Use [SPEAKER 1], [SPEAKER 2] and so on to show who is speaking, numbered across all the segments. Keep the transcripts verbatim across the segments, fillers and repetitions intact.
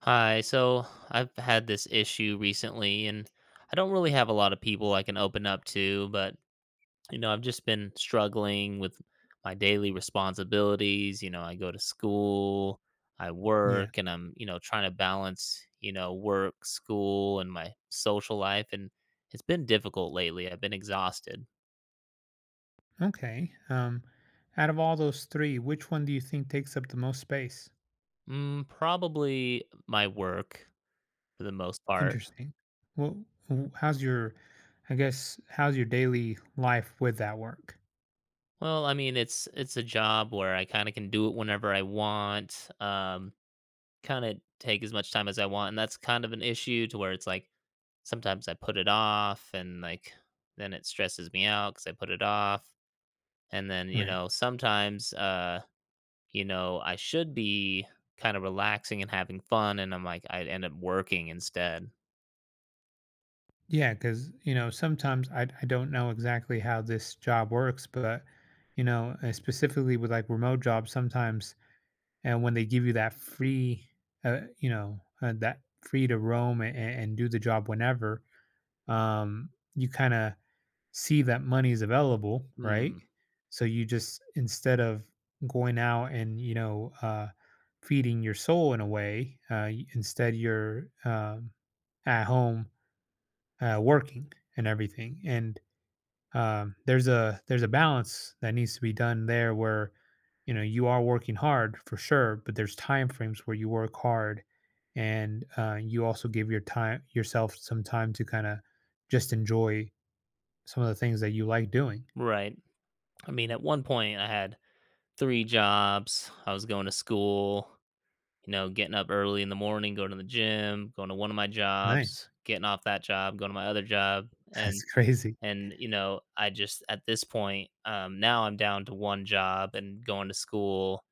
[SPEAKER 1] Hi, so I've had this issue recently, and I don't really have a lot of people I can open up to, but you know, I've just been struggling with my daily responsibilities. You know, I go to school, I
[SPEAKER 2] Yeah.
[SPEAKER 1] work, and I'm, you know, trying to balance, you know, work, school, and my social life. And it's been difficult lately. I've been exhausted.
[SPEAKER 2] Okay. Um, out of all those three, which one do you think takes up the most space?
[SPEAKER 1] Mm, probably my work for the most part.
[SPEAKER 2] Interesting. Well, wh- how's your, I guess, how's your daily life with that work?
[SPEAKER 1] Well, I mean, it's it's a job where I kind of can do it whenever I want. Um, Kinda take as much time as I want, and that's kind of an issue to where it's like, sometimes I put it off and, like, then it stresses me out because I put it off, and then, you
[SPEAKER 2] Right.
[SPEAKER 1] know, sometimes, uh, you know, I should be kinda relaxing and having fun, and I'm like, I end up working instead.
[SPEAKER 2] Yeah, because you know sometimes I I don't know exactly how this job works, but you know uh, specifically with like remote jobs, sometimes and when they give you that free, uh, you know, uh, that free to roam and, and do the job whenever, um, you kind of see that money is available, right?
[SPEAKER 1] Hmm,
[SPEAKER 2] So you just instead of going out and you know uh, feeding your soul in a way, uh, y- instead you're um, at home uh, working and everything. And um, there's a there's a balance that needs to be done there where you know you are working hard for sure, but there's time frames where you work hard and uh, you also give your time yourself some time to kind of just enjoy some of the things that you like doing.
[SPEAKER 1] right. I mean, at one point, I had three jobs, I was going to school, you know, getting up early in the morning, going to the gym, going to one of my jobs,
[SPEAKER 2] Nice.
[SPEAKER 1] getting off that job, going to my other job,
[SPEAKER 2] That's
[SPEAKER 1] and
[SPEAKER 2] crazy.
[SPEAKER 1] and you know I just, at this point, um now I'm down to one job and going to school.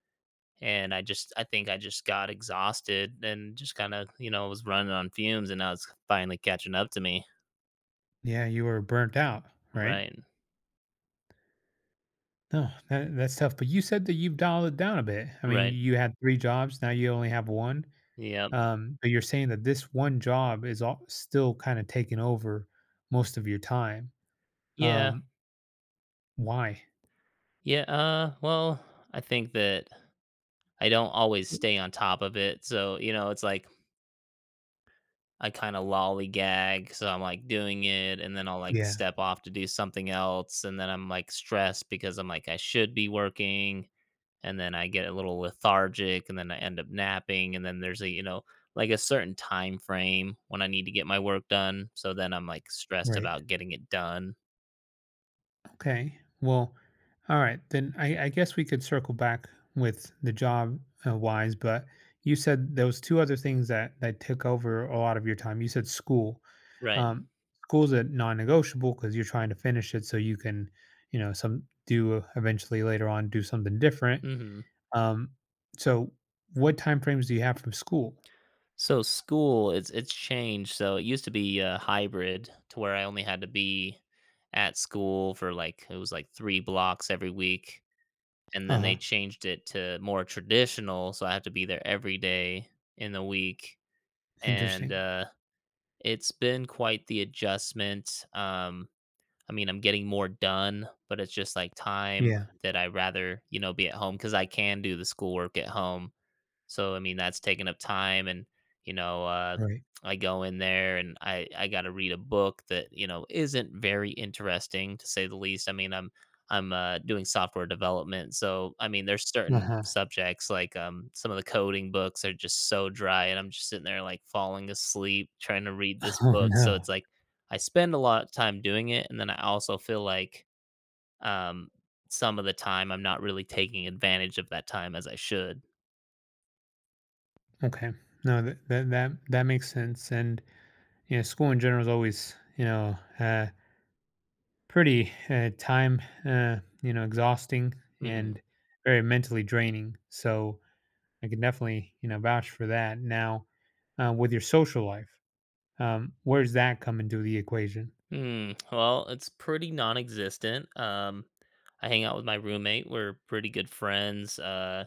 [SPEAKER 1] And i just i think I just got exhausted and just kind of, you know, was running on fumes, and now it's finally catching up to me.
[SPEAKER 2] Yeah, you were burnt out, right?
[SPEAKER 1] Right.
[SPEAKER 2] No, that, that's tough. But you said that you've dialed it down a bit. I mean,
[SPEAKER 1] Right.
[SPEAKER 2] you had three jobs. Now you only have one.
[SPEAKER 1] Yep.
[SPEAKER 2] Um, but you're saying that this one job is all, still kind of taking over most of your time.
[SPEAKER 1] Yeah.
[SPEAKER 2] Um, why?
[SPEAKER 1] Yeah, uh well, i think that i don't always stay on top of it, so you know, it's like I kind of lollygag, so I'm like doing it, and then I'll like
[SPEAKER 2] Yeah,
[SPEAKER 1] step off to do something else, and then I'm like stressed because I'm like I should be working. And then I get a little lethargic, and then I end up napping, and then there's a, you know, like a certain time frame when I need to get my work done, so then I'm, like, stressed
[SPEAKER 2] right.
[SPEAKER 1] about getting it done.
[SPEAKER 2] Okay. Well, all right. Then I, I guess we could circle back with the job uh, wise, but you said there was two other things that that took over a lot of your time. You said school.
[SPEAKER 1] Right.
[SPEAKER 2] Um, School's a non-negotiable because you're trying to finish it so you can, you know, some do eventually later on do something different.
[SPEAKER 1] Mhm.
[SPEAKER 2] Um, so what time frames do you have from school?
[SPEAKER 1] So school, it's it's changed, so it used to be a hybrid to where I only had to be at school for, like, it was, like, three blocks every week, and then
[SPEAKER 2] Uh-huh.
[SPEAKER 1] they changed it to more traditional, so I have to be there every day in the week, and,
[SPEAKER 2] Interesting.
[SPEAKER 1] uh, it's been quite the adjustment. Um, I mean, I'm getting more done, but it's just like time
[SPEAKER 2] Yeah.
[SPEAKER 1] that I rather, you know, be at home because I can do the schoolwork at home. So, I mean, that's taking up time, and, you know, uh,
[SPEAKER 2] Right.
[SPEAKER 1] I go in there and I I got to read a book that, you know, isn't very interesting to say the least. I mean, I'm I'm uh, doing software development, so I mean, there's certain
[SPEAKER 2] Uh-huh.
[SPEAKER 1] subjects like um, some of the coding books are just so dry, and I'm just sitting there like falling asleep trying to read this
[SPEAKER 2] Oh
[SPEAKER 1] book. So
[SPEAKER 2] no.
[SPEAKER 1] it's like I spend a lot of time doing it, and then I also feel like um, some of the time I'm not really taking advantage of that time as I should.
[SPEAKER 2] Okay. No, that that that, that makes sense. And yeah, school in general is always, you know, uh, pretty uh, time, uh, you know, exhausting
[SPEAKER 1] Hmm.
[SPEAKER 2] and very mentally draining. So I can definitely, you know, vouch for that. Now, uh, with your social life, um, where's that come into the equation?
[SPEAKER 1] Hmm. Well, it's pretty non-existent. Um, I hang out with my roommate. We're pretty good friends. Uh,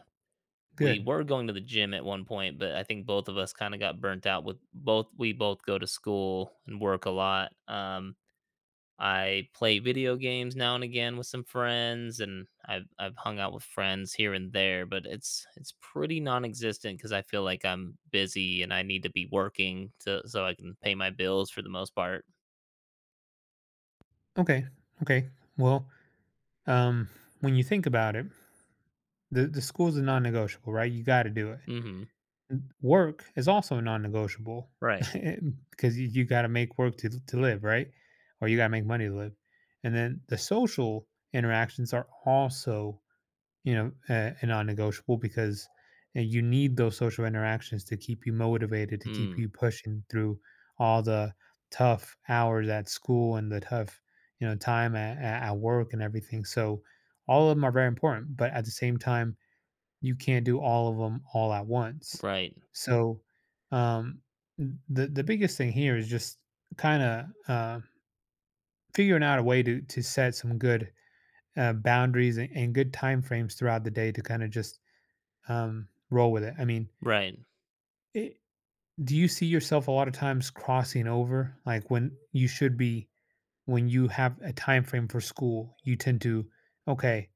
[SPEAKER 1] we
[SPEAKER 2] Good.
[SPEAKER 1] were going to the gym at one point, but I think both of us kind of got burnt out with both. We both go to school and work a lot. Um, I play video games now and again with some friends, and I've I've hung out with friends here and there, but it's it's pretty non-existent because I feel like I'm busy and I need to be working to so I can pay my bills for the most part.
[SPEAKER 2] Okay. Okay. Well, um, when you think about it, the, the school's a non negotiable, right? You got to do it.
[SPEAKER 1] Mm-hmm.
[SPEAKER 2] Work is also non-negotiable
[SPEAKER 1] Right.
[SPEAKER 2] because you, you got to make work to to live, right? Or you got to make money to live. And then the social interactions are also, you know, uh, a non-negotiable because uh, you need those social interactions to keep you motivated, to keep
[SPEAKER 1] Mm.
[SPEAKER 2] you pushing through all the tough hours at school and the tough, you know, time at, at at work and everything. So all of them are very important, but at the same time, you can't do all of them all at once.
[SPEAKER 1] Right,
[SPEAKER 2] So, um, n- the the biggest thing here is just kind of uh, figuring out a way to to set some good uh, boundaries and, and good time frames throughout the day to kind of just um, roll with it. I mean,
[SPEAKER 1] right.
[SPEAKER 2] it, do you see yourself a lot of times crossing over, like when you should be when you have a time frame for school, you tend to, okay,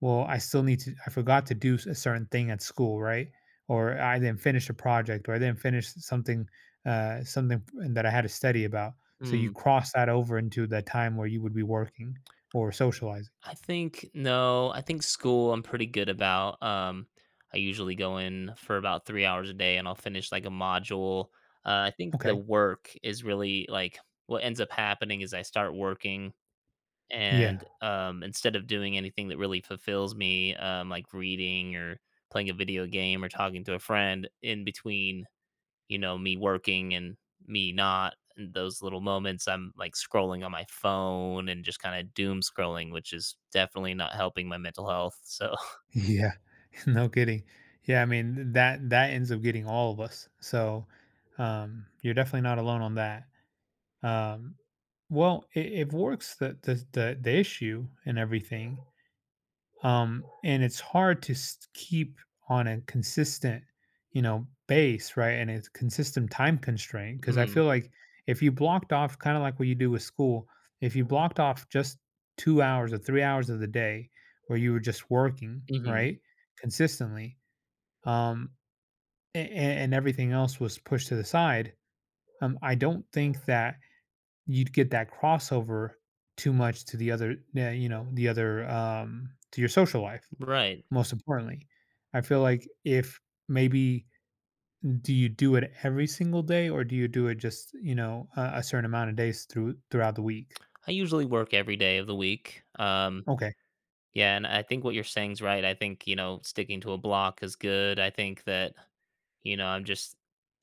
[SPEAKER 2] well, I still need to, I forgot to do a certain thing at school, right? Or I didn't finish a project, or I didn't finish something, uh, something that I had to study about. So you
[SPEAKER 1] Mm,
[SPEAKER 2] cross that over into the time where you would be working or socializing.
[SPEAKER 1] I think, no, I think school I'm pretty good about. Um, I usually go in for about three hours a day and I'll finish, like, a module. Uh, I think the
[SPEAKER 2] Okay.
[SPEAKER 1] work is really, like, what ends up happening is I start working
[SPEAKER 2] Yeah.
[SPEAKER 1] and, um, instead of doing anything that really fulfills me, um, like reading or playing a video game or talking to a friend in between, you know, me working and me not. And those little moments, I'm like scrolling on my phone and just kind of doom scrolling, which is definitely not helping my mental health. So,
[SPEAKER 2] Yeah. No kidding. Yeah. I mean, that, that ends up getting all of us. So, um, you're definitely not alone on that. Um, well, it, it works the, the the the issue and everything, um, and it's hard to s- keep on a consistent, you know, base, right? And it's consistent time constraint because I feel
[SPEAKER 1] mm,
[SPEAKER 2] like if you blocked off, kind of like what you do with school, if you blocked off just two hours or three hours of the day where you were just working,
[SPEAKER 1] hmm,
[SPEAKER 2] right, consistently, um, and, and everything else was pushed to the side, um, I don't think that you'd get that crossover too much to the other yeah, you know, the other, um to your social life,
[SPEAKER 1] right.
[SPEAKER 2] most importantly. I feel like if maybe do you do it every single day or do you do it just, you know, a a certain amount of days through throughout the week?
[SPEAKER 1] I usually work every day of the week. Um,
[SPEAKER 2] Okay.
[SPEAKER 1] Yeah, and I think what you're saying is right. I think, you know, sticking to a block is good. I think that, you know, I'm just,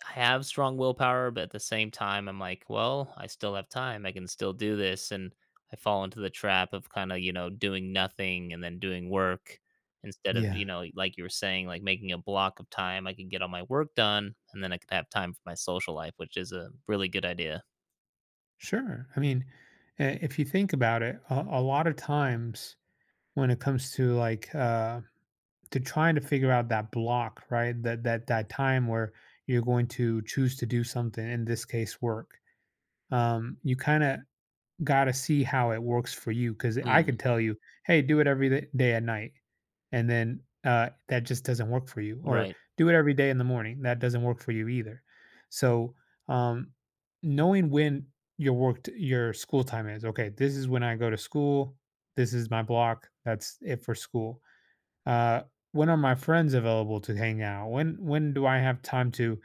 [SPEAKER 1] I have strong willpower, but at the same time, I'm like, well, I still have time. I can still do this. And I fall into the trap of kind of, you know, doing nothing and then doing work instead of,
[SPEAKER 2] Yeah,
[SPEAKER 1] you know, like you were saying, like making a block of time. I can get all my work done and then I could have time for my social life, which is a really good idea.
[SPEAKER 2] sure. I mean, I if you think about it, a a lot of times when it comes to, like, uh to trying to figure out that block, right? That that that time where you're going to choose to do something, in this case, work. um, you kind of got to see how it works for you because I
[SPEAKER 1] Mm,
[SPEAKER 2] could tell you, hey, do it every th- day at night. And then uh, that just doesn't work for you. Or
[SPEAKER 1] right.
[SPEAKER 2] do it every day in the morning. That doesn't work for you either. So um, knowing when your work, t- your school time is okay, this is when I go to school. This is my block. That's it for school uh, when are my friends available to hang out? When when do I have time to?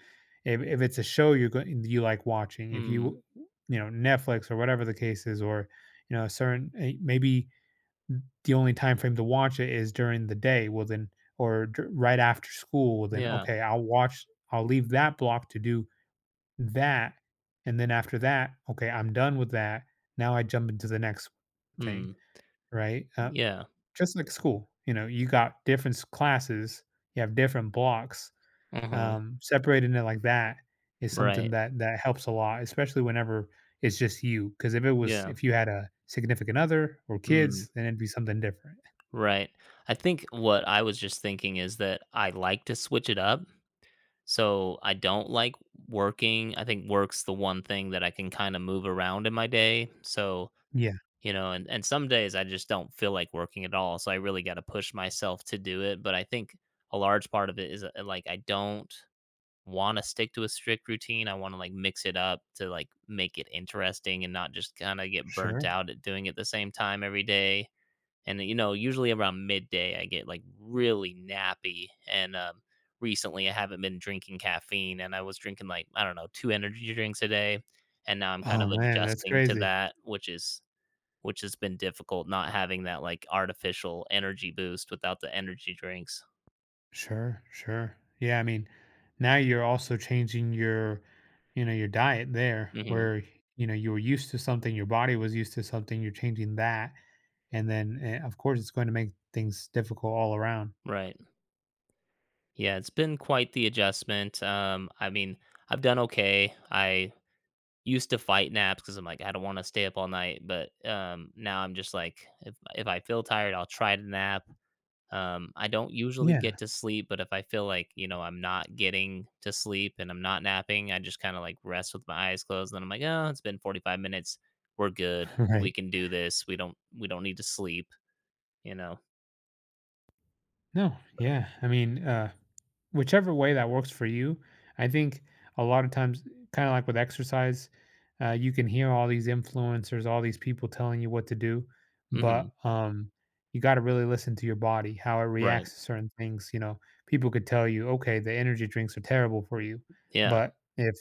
[SPEAKER 2] If, if it's a show you go, you like watching, if
[SPEAKER 1] Mm,
[SPEAKER 2] you you know Netflix or whatever the case is, or you know a certain eh, maybe the only time frame to watch it is during the day. Well then, or dur- right after school. Well then,
[SPEAKER 1] yeah.
[SPEAKER 2] okay, I'll watch. I'll leave that block to do that, and then after that, okay, I'm done with that. Now I jump into the next thing,
[SPEAKER 1] Mm,
[SPEAKER 2] right? Uh,
[SPEAKER 1] yeah.
[SPEAKER 2] just like school, you know, you got different s classes, you have different blocks,
[SPEAKER 1] Uh,
[SPEAKER 2] um, separating it like that is something
[SPEAKER 1] right.
[SPEAKER 2] that that helps a lot, especially whenever it's just you. Because if it was
[SPEAKER 1] Yeah.
[SPEAKER 2] if you had a significant other or
[SPEAKER 1] Mm,
[SPEAKER 2] kids, then it'd be something different.
[SPEAKER 1] right. I think what I was just thinking is that I like to switch it up. So I don't like working. I think work's the one thing that I can kind of move around in my day. So,
[SPEAKER 2] Yeah,
[SPEAKER 1] you know, and, and some days I just don't feel like working at all. So I really got to push myself to do it. But I think a large part of it is uh, like I don't want to stick to a strict routine. I want to like mix it up to like make it interesting and not just kind of get burnt
[SPEAKER 2] sure.
[SPEAKER 1] out at doing it the same time every day. And you know, usually around midday I get like really nappy, and um recently I haven't been drinking caffeine, and I was drinking like I don't know two energy drinks a day, and now I'm kind
[SPEAKER 2] Oh,
[SPEAKER 1] of
[SPEAKER 2] man, that's
[SPEAKER 1] adjusting to
[SPEAKER 2] crazy.
[SPEAKER 1] that, which is, which has been difficult not having that like artificial energy boost without the energy drinks.
[SPEAKER 2] Sure, sure. Yeah, I mean, now you're also changing your, you know, your diet there
[SPEAKER 1] Hmm.
[SPEAKER 2] where, you know, you were used to something, your body was used to something, you're changing that. And then, eh, of course, it's going to make things difficult all around.
[SPEAKER 1] Right. Yeah, it's been quite the adjustment. um I mean, I've done okay. I used to fight naps because I'm like, I don't want to stay up all night. But um, now I'm just like, if if I feel tired, I'll try to nap. Um, I don't usually
[SPEAKER 2] Yeah.
[SPEAKER 1] get to sleep, but if I feel like, you know, I'm not getting to sleep and I'm not napping, I just kind of like rest with my eyes closed. And then I'm like, oh, it's been forty-five minutes. We're good.
[SPEAKER 2] Right.
[SPEAKER 1] We can do this. We don't, we don't need to sleep. You know.
[SPEAKER 2] No, yeah. I mean, uh, whichever way that works for you. I think a lot of times, kind of like with exercise, uh, you can hear all these influencers, all these people telling you what to do,
[SPEAKER 1] Hmm.
[SPEAKER 2] but um, you got to really listen to your body, how it
[SPEAKER 1] Right.
[SPEAKER 2] reacts to certain things. You know, people could tell you, okay, the energy drinks are terrible for you,
[SPEAKER 1] Yeah.
[SPEAKER 2] but if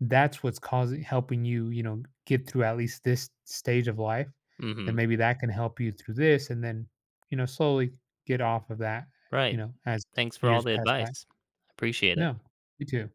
[SPEAKER 2] that's what's causing helping you, you know, get through at least this stage of life, then
[SPEAKER 1] Hmm.
[SPEAKER 2] maybe that can help you through this, and then you know, slowly get off of that, you
[SPEAKER 1] Right.
[SPEAKER 2] know, as
[SPEAKER 1] Thanks for all
[SPEAKER 2] years
[SPEAKER 1] the
[SPEAKER 2] pass by.
[SPEAKER 1] advice. I appreciate it.
[SPEAKER 2] No, me too.